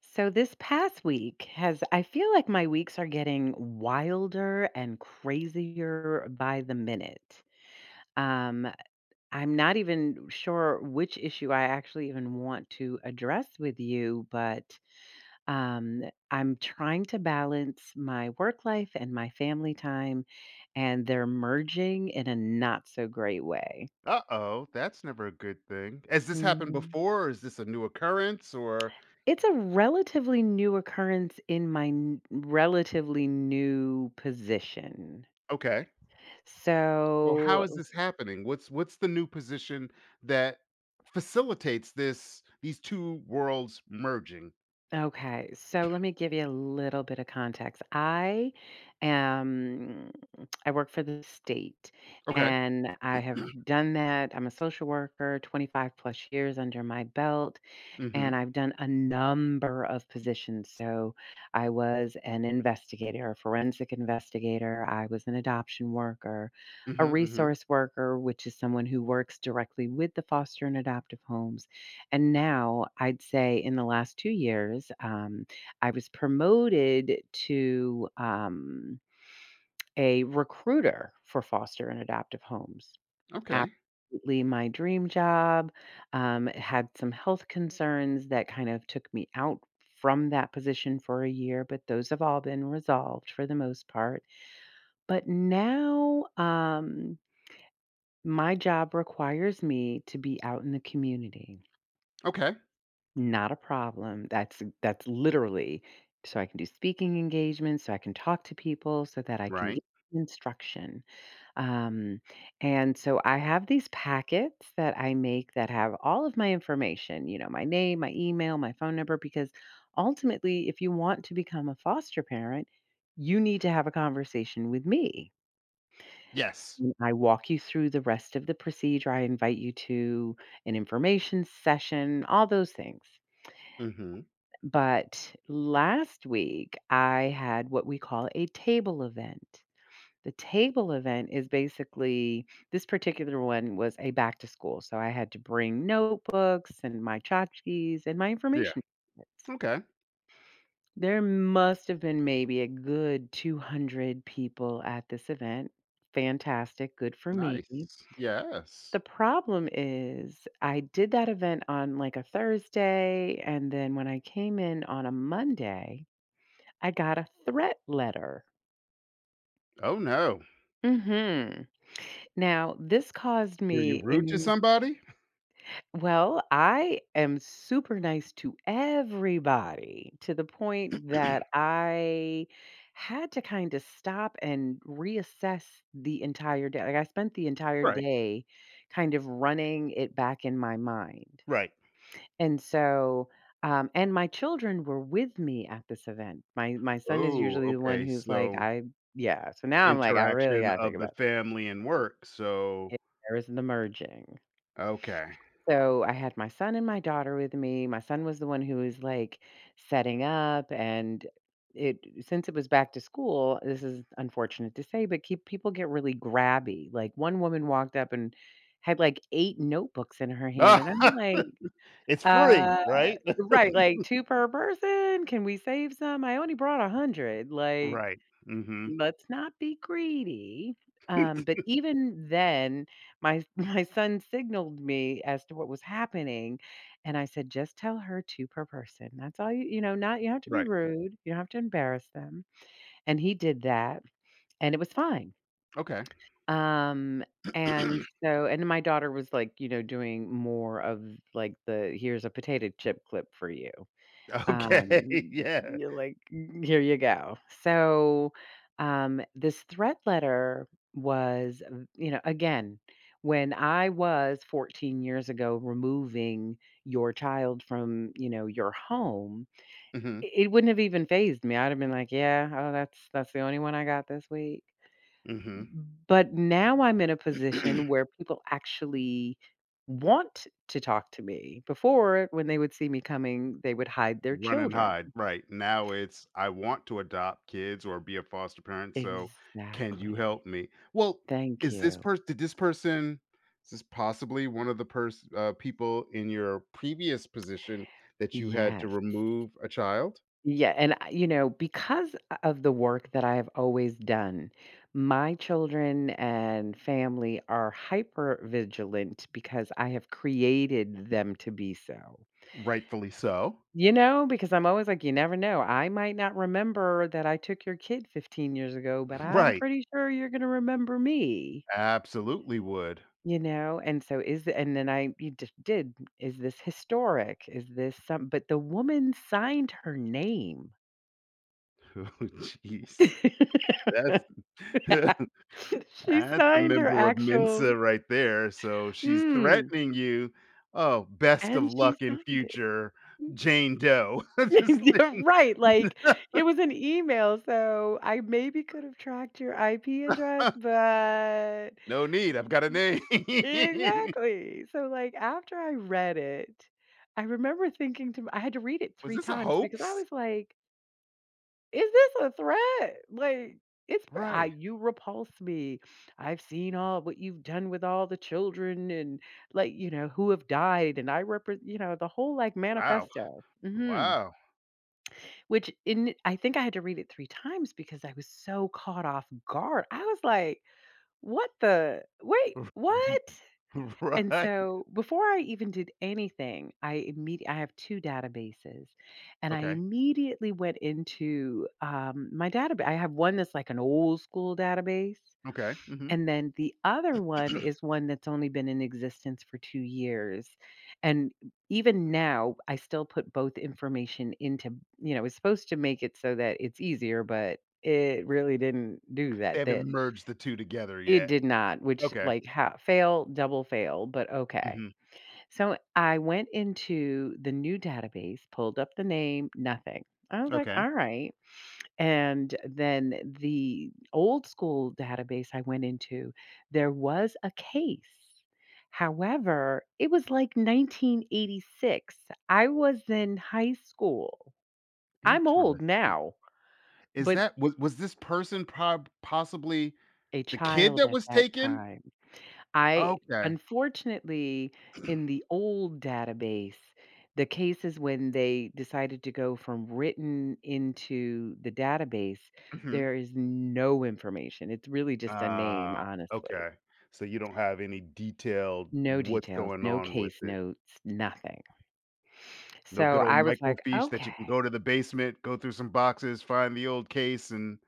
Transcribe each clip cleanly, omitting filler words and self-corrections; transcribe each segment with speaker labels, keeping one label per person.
Speaker 1: So this past week has I feel like my weeks are getting wilder and crazier by the minute. Um I'm not even sure which issue I actually even want to address with you, but um I'm trying to balance my work life and my family time, and they're merging in a not so great way.
Speaker 2: Uh-oh, that's never a good thing. Has this happened
Speaker 1: Mhm.
Speaker 2: before or is this a new occurrence, or
Speaker 1: It's a relatively new occurrence in my relatively new position.
Speaker 2: okay. So how is
Speaker 1: So,
Speaker 2: this happening? What's the new position that facilitates this these 2 worlds merging?
Speaker 1: okay. So let me give you a little bit of context. Am, I work for the state
Speaker 2: Okay.
Speaker 1: and I have done that. I'm a social worker, 25 plus years under my belt. And
Speaker 2: Mhm.
Speaker 1: I've done a number of positions. So I was an investigator, a forensic investigator. I was an adoption worker, a
Speaker 2: Mhm, mhm.
Speaker 1: resource worker, which is someone who works directly with the foster and adoptive homes. And now I'd say in the last 2 years, I was promoted to a recruiter for foster and adoptive homes.
Speaker 2: Okay.
Speaker 1: Absolutely my dream job, had some health concerns that kind of took me out from that position for a year, but those have all been resolved for the most part. But now, my job requires me to be out in the community.
Speaker 2: Okay.
Speaker 1: Not a problem. That's literally so I can do speaking engagements, so I can talk to people, so that I can get
Speaker 2: Right.
Speaker 1: instruction. Um, and so I have these packets that I make that have all of my information, you know, my name, my email, my phone number, because ultimately, if you want to become a foster parent, you need to have a conversation with me.
Speaker 2: Yes.
Speaker 1: And I walk you through the rest of the procedure. I invite you to an information session, all those things.
Speaker 2: Mhm.
Speaker 1: But last week, I had what we call a table event. The table event is basically this particular one was a back to school, so I had to bring notebooks and my tchotchkes and my
Speaker 2: Yeah.
Speaker 1: information packets.
Speaker 2: Okay.
Speaker 1: There must have been maybe a good 200 people at this event. Fantastic, good for me.
Speaker 2: Nice. Yes.
Speaker 1: The problem is, I did that event on like a Thursday, and then when I came in on a Monday, I got a threat letter.
Speaker 2: Oh, no.
Speaker 1: hmm Now, this caused
Speaker 2: Were you
Speaker 1: me
Speaker 2: rude to somebody?
Speaker 1: well, I am super nice to everybody to the point that I had to kind of stop and reassess the entire day. Like I spent the entire
Speaker 2: Right.
Speaker 1: day kind of running it back in my mind.
Speaker 2: Right.
Speaker 1: And so and my children were with me at this event. My son is
Speaker 2: Oh,
Speaker 1: usually the one
Speaker 2: okay.
Speaker 1: who's like,
Speaker 2: So
Speaker 1: I yeah. So
Speaker 2: the
Speaker 1: now I'm like, I really
Speaker 2: interaction
Speaker 1: gotta think
Speaker 2: of the
Speaker 1: about
Speaker 2: family and work, so
Speaker 1: this. There is the merging.
Speaker 2: okay.
Speaker 1: So I had my son and my daughter with me. My son was the one who was like setting up, and it since it was back to school, this is unfortunate to say, but keep people get really grabby. Like one woman walked up and had like 8 notebooks in her hand, and I'm like,
Speaker 2: It's free,
Speaker 1: uh
Speaker 2: right?
Speaker 1: right, like two per person. Can we save some? I only brought 100. Like
Speaker 2: Right, mhm.
Speaker 1: let's not be greedy. But even then, my my son signaled me as to what was happening, and I said, "Just tell her two per person. That's all you you know. Not you don't have to be
Speaker 2: Right,
Speaker 1: rude. You don't have to embarrass them." And he did that, and it was fine.
Speaker 2: okay.
Speaker 1: Um, and so, and my daughter was like, you know, doing more of like the here's a potato chip clip for you.
Speaker 2: Okay,
Speaker 1: Um,
Speaker 2: yeah.
Speaker 1: you're like, "Mm, here you go. So, this threat letter was, you know, again, when I was 14 years ago removing your child from, you know, your home,
Speaker 2: Mhm,
Speaker 1: it wouldn't have even phased me. I'd have been like, yeah, oh, that's the only one I got this week.
Speaker 2: mhm.
Speaker 1: But now I'm in a position where people actually want to talk to me. Before, when they would see me coming, they would hide their
Speaker 2: Run and
Speaker 1: children.
Speaker 2: hide, right. Now it's, "I want to adopt kids or be a foster parent, so can you
Speaker 1: Exactly.
Speaker 2: help me?" Well,
Speaker 1: Thank
Speaker 2: is this
Speaker 1: you.
Speaker 2: person? Did this person, is this possibly one of the pers people in your previous position that you had to
Speaker 1: Yes.
Speaker 2: remove a child?
Speaker 1: Yeah, and I you know, because of the work that I have always done, my children and family are hyper vigilant because I have created them to be so.
Speaker 2: Rightfully so.
Speaker 1: You know, because I'm always like, "You never know. I might not remember that I took your kid 15 years ago, but I'm
Speaker 2: Right.
Speaker 1: pretty sure you're gonna remember me."
Speaker 2: Absolutely would.
Speaker 1: You know, and so is the and then I you just did, is this historic? Is this some but the woman signed her name.
Speaker 2: Oh, jeez. That's,
Speaker 1: She
Speaker 2: that's a
Speaker 1: signed her
Speaker 2: member of Mensa
Speaker 1: actual
Speaker 2: right there, so she's
Speaker 1: mm,
Speaker 2: threatening you. Oh, best
Speaker 1: and
Speaker 2: of
Speaker 1: she
Speaker 2: luck in
Speaker 1: signed it.
Speaker 2: future, Jane Doe. Just
Speaker 1: You're right, like,
Speaker 2: like,
Speaker 1: it was an email, so I maybe could have tracked your IP address, but
Speaker 2: "No need, I've got a name."
Speaker 1: exactly. So, like, after I read it, I remember thinking to m I had to read it
Speaker 2: Was
Speaker 1: 3
Speaker 2: this a
Speaker 1: times because I
Speaker 2: hoax?
Speaker 1: was like is this a threat? Like, it's pr I
Speaker 2: Right.
Speaker 1: you repulse me. I've seen all what you've done with all the children and, like, you know, who have died, and I represent, you know, the whole, like,
Speaker 2: Wow.
Speaker 1: manifesto. Mhm.
Speaker 2: Wow.
Speaker 1: Which in I think I had to read it 3 times because I was so caught off guard. I was like, "What the wait, what?" And
Speaker 2: Right.
Speaker 1: so before I even did anything, I immediately I have two databases, and I
Speaker 2: Okay.
Speaker 1: immediately went into my database. I have one that's like an old school database.
Speaker 2: Okay. Mhm.
Speaker 1: And then the other one is one that's only been in existence for 2 years. And even now, I still put both information into, you know, it's supposed to make it so that it's easier, but it really didn't do
Speaker 2: They
Speaker 1: that. That
Speaker 2: haven't merged the 2 together
Speaker 1: it
Speaker 2: yet.
Speaker 1: did not, which
Speaker 2: Okay.
Speaker 1: like how fail, double fail, but okay.
Speaker 2: Mhm.
Speaker 1: So I went into the new database, pulled up the name, nothing. I was like,
Speaker 2: Okay.
Speaker 1: all right. And then the old school database I went into, there was a case. However, it was like 1986. I was in high school. I'm old
Speaker 2: Interesting.
Speaker 1: now,
Speaker 2: Is
Speaker 1: but
Speaker 2: that was this person prob possibly
Speaker 1: a
Speaker 2: the kid
Speaker 1: child
Speaker 2: that
Speaker 1: at
Speaker 2: was
Speaker 1: that
Speaker 2: taken?
Speaker 1: time. I
Speaker 2: Okay.
Speaker 1: unfortunately, in the old database, the cases when they decided to go from written into the database,
Speaker 2: Mhm.
Speaker 1: there is no information. It's really just a name,
Speaker 2: Ah,
Speaker 1: honestly.
Speaker 2: okay. So you don't have any detailed
Speaker 1: No
Speaker 2: what's
Speaker 1: details,
Speaker 2: going
Speaker 1: no
Speaker 2: on with
Speaker 1: case
Speaker 2: it.
Speaker 1: notes, nothing.
Speaker 2: No
Speaker 1: So
Speaker 2: good old
Speaker 1: I was like,
Speaker 2: microfiche that you can
Speaker 1: okay,
Speaker 2: go to the basement, go through some boxes, find the old case and,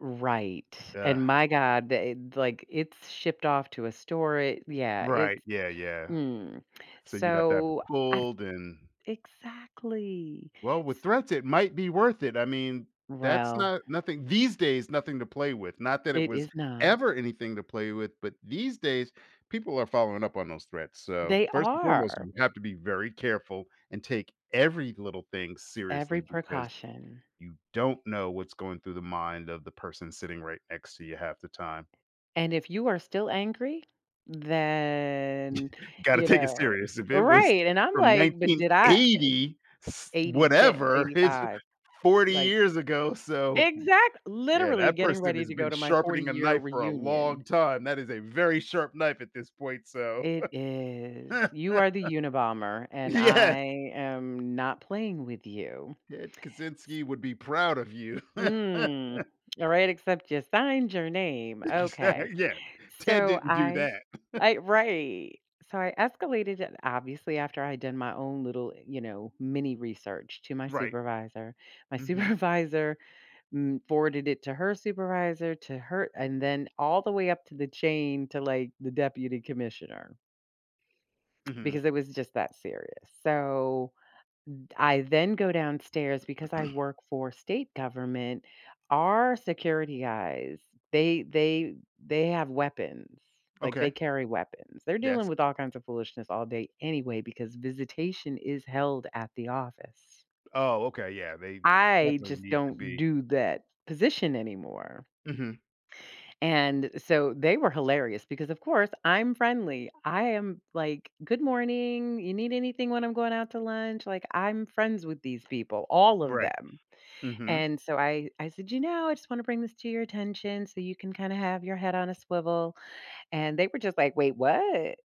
Speaker 1: right.
Speaker 2: uh
Speaker 1: And my God, they, like it's shipped off to a store. It, yeah, it's
Speaker 2: right, yeah, yeah.
Speaker 1: mm.
Speaker 2: So you'd have to have it
Speaker 1: so I,
Speaker 2: pulled and
Speaker 1: exactly.
Speaker 2: well, with threats, it might be worth it. I mean, that's
Speaker 1: Well,
Speaker 2: not nothing these days, nothing to play with. Not that it
Speaker 1: it
Speaker 2: was
Speaker 1: is not.
Speaker 2: ever anything to play with, but these days, people are following up on those threats. So,
Speaker 1: They
Speaker 2: first and foremost,
Speaker 1: are
Speaker 2: you have to be very careful and take every little thing
Speaker 1: every
Speaker 2: seriously because
Speaker 1: precaution.
Speaker 2: you don't know what's going through the mind of the person sitting right next to you half the time.
Speaker 1: And if you are still angry, then,
Speaker 2: Got to
Speaker 1: you
Speaker 2: take it
Speaker 1: know
Speaker 2: serious. If it was
Speaker 1: right, and I'm
Speaker 2: from
Speaker 1: like, "But did I
Speaker 2: 1980,
Speaker 1: 86,
Speaker 2: whatever, it's
Speaker 1: 85?"
Speaker 2: 40
Speaker 1: Like
Speaker 2: years ago. So,
Speaker 1: exact
Speaker 2: yeah,
Speaker 1: literally
Speaker 2: that
Speaker 1: getting
Speaker 2: person
Speaker 1: ready
Speaker 2: has
Speaker 1: to go
Speaker 2: been
Speaker 1: to my
Speaker 2: sharpening a
Speaker 1: 40-year
Speaker 2: knife for a
Speaker 1: reunion.
Speaker 2: long time. That is a very sharp knife at this point, so
Speaker 1: It is. You are the Unabomber, and
Speaker 2: yes,
Speaker 1: I am not playing with you.
Speaker 2: Ted Kaczynski would be proud of you.
Speaker 1: Mm. Alright, except you signed your name. Okay.
Speaker 2: Exact yeah, Ted
Speaker 1: So
Speaker 2: didn't do
Speaker 1: I
Speaker 2: that.
Speaker 1: I right. So I escalated it obviously after I done my own little, you know, mini research to my
Speaker 2: Right.
Speaker 1: supervisor. My
Speaker 2: Mhm,
Speaker 1: supervisor forwarded it to her supervisor, to her, and then all the way up to the chain to like the deputy commissioner
Speaker 2: mhm.
Speaker 1: because it was just that serious. So I then go downstairs because I work for state government. Our security guys, they they they have weapons. Like they
Speaker 2: Okay,
Speaker 1: carry weapons. They're dealing
Speaker 2: yes.
Speaker 1: with all kinds of foolishness all day anyway because visitation is held at the office.
Speaker 2: Oh, okay, yeah, they
Speaker 1: I
Speaker 2: definitely
Speaker 1: just
Speaker 2: need to
Speaker 1: don't
Speaker 2: be
Speaker 1: do that position anymore.
Speaker 2: mhm,
Speaker 1: And so they were hilarious because of course I'm friendly. I am like, good morning. You need anything when I'm going out to lunch? Like I'm friends with these people, all of
Speaker 2: right,
Speaker 1: them.
Speaker 2: mhm.
Speaker 1: And so I said, "You know, I just want to bring this to your attention so you can kind of have your head on a swivel." And they were just like, "Wait, what?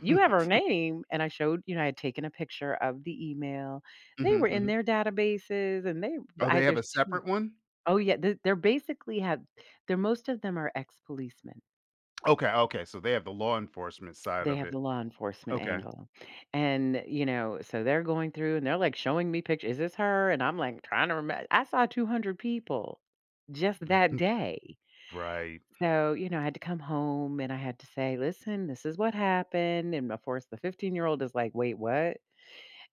Speaker 1: You have her name?" And I showed, you know, I had taken a picture of the email. They were in
Speaker 2: mhm.
Speaker 1: their databases, and they
Speaker 2: Oh,
Speaker 1: I
Speaker 2: they have
Speaker 1: there's
Speaker 2: a
Speaker 1: two.
Speaker 2: separate one?
Speaker 1: Oh yeah, they're basically have they're most of them are ex-policemen.
Speaker 2: Okay, okay, so they have the law enforcement side
Speaker 1: They
Speaker 2: of
Speaker 1: have
Speaker 2: it.
Speaker 1: the law enforcement
Speaker 2: Okay.
Speaker 1: angle. And, you know, so they're going through and they're like showing me pictures. Is this her? And I'm like trying to remember. I saw 200 people just that day.
Speaker 2: Right.
Speaker 1: So, you know, I had to come home and I had to say, listen, this is what happened. And of course, the 15-year-old is like, wait, what?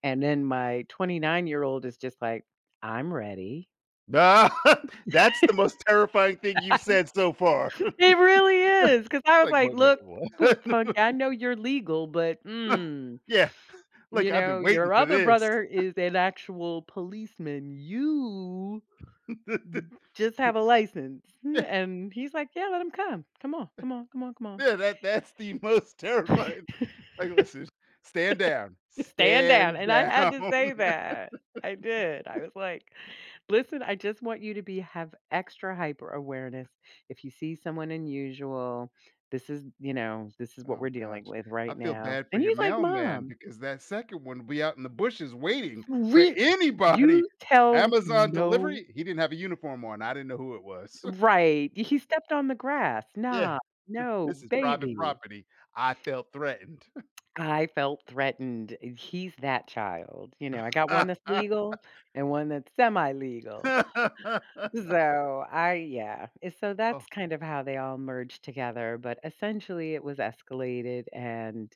Speaker 1: And then my 29-year-old is just like, I'm ready.
Speaker 2: Nah, that's the most terrifying thing you've said so far.
Speaker 1: It really is. Cause I
Speaker 2: It's
Speaker 1: was
Speaker 2: like,
Speaker 1: like,
Speaker 2: "Wait,
Speaker 1: look, put punk,
Speaker 2: what?"
Speaker 1: I know you're legal, but mm,
Speaker 2: Yeah, like,
Speaker 1: you
Speaker 2: "I've been
Speaker 1: know,
Speaker 2: waiting
Speaker 1: your
Speaker 2: for
Speaker 1: other
Speaker 2: this."
Speaker 1: brother is an actual policeman. You just have a license. And he's like, yeah, let him come. Come on, come on, come on, come on.
Speaker 2: Yeah, that's the most terrifying, like, "Listen, stand down.
Speaker 1: Stand down,
Speaker 2: Stand
Speaker 1: and I had
Speaker 2: down."
Speaker 1: to say that. I did. I was like, "Listen, I just want you to be have extra hyper awareness. If you see someone unusual, this is, you know, this is what we're
Speaker 2: Oh
Speaker 1: dealing
Speaker 2: gosh.
Speaker 1: with
Speaker 2: I
Speaker 1: right
Speaker 2: feel
Speaker 1: now."
Speaker 2: bad for
Speaker 1: And
Speaker 2: your
Speaker 1: he's like,
Speaker 2: mailman
Speaker 1: "Mom,
Speaker 2: because that second one will be out in the bushes waiting for
Speaker 1: re
Speaker 2: anybody.
Speaker 1: you tell
Speaker 2: Amazon
Speaker 1: no"
Speaker 2: delivery? He didn't have a uniform on, I didn't know who it was.
Speaker 1: right. He stepped on the grass.
Speaker 2: Yeah.
Speaker 1: "Nah,
Speaker 2: This
Speaker 1: no,
Speaker 2: is private
Speaker 1: baby."
Speaker 2: property. I felt threatened.
Speaker 1: I felt threatened. He's that child, you know, I got one that's legal and one that's semi-legal. So, I yeah, so that's
Speaker 2: Oh,
Speaker 1: kind of how they all merged together, but essentially it was escalated, and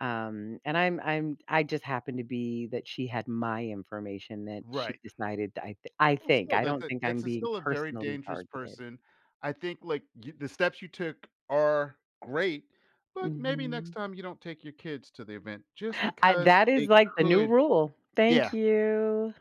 Speaker 1: and I just happened to be that she had my information that she
Speaker 2: right.
Speaker 1: decided I
Speaker 2: Well,
Speaker 1: think,
Speaker 2: still,
Speaker 1: I don't think I'm
Speaker 2: that's a
Speaker 1: being
Speaker 2: still a very
Speaker 1: personally
Speaker 2: dangerous
Speaker 1: targeted.
Speaker 2: person. I think, like, you the steps you took are great, but maybe next
Speaker 1: Mhm.
Speaker 2: time you don't take your kids to the event just
Speaker 1: I
Speaker 2: because
Speaker 1: that is
Speaker 2: it
Speaker 1: like the new
Speaker 2: could.
Speaker 1: rule. Thank
Speaker 2: Yeah.
Speaker 1: you.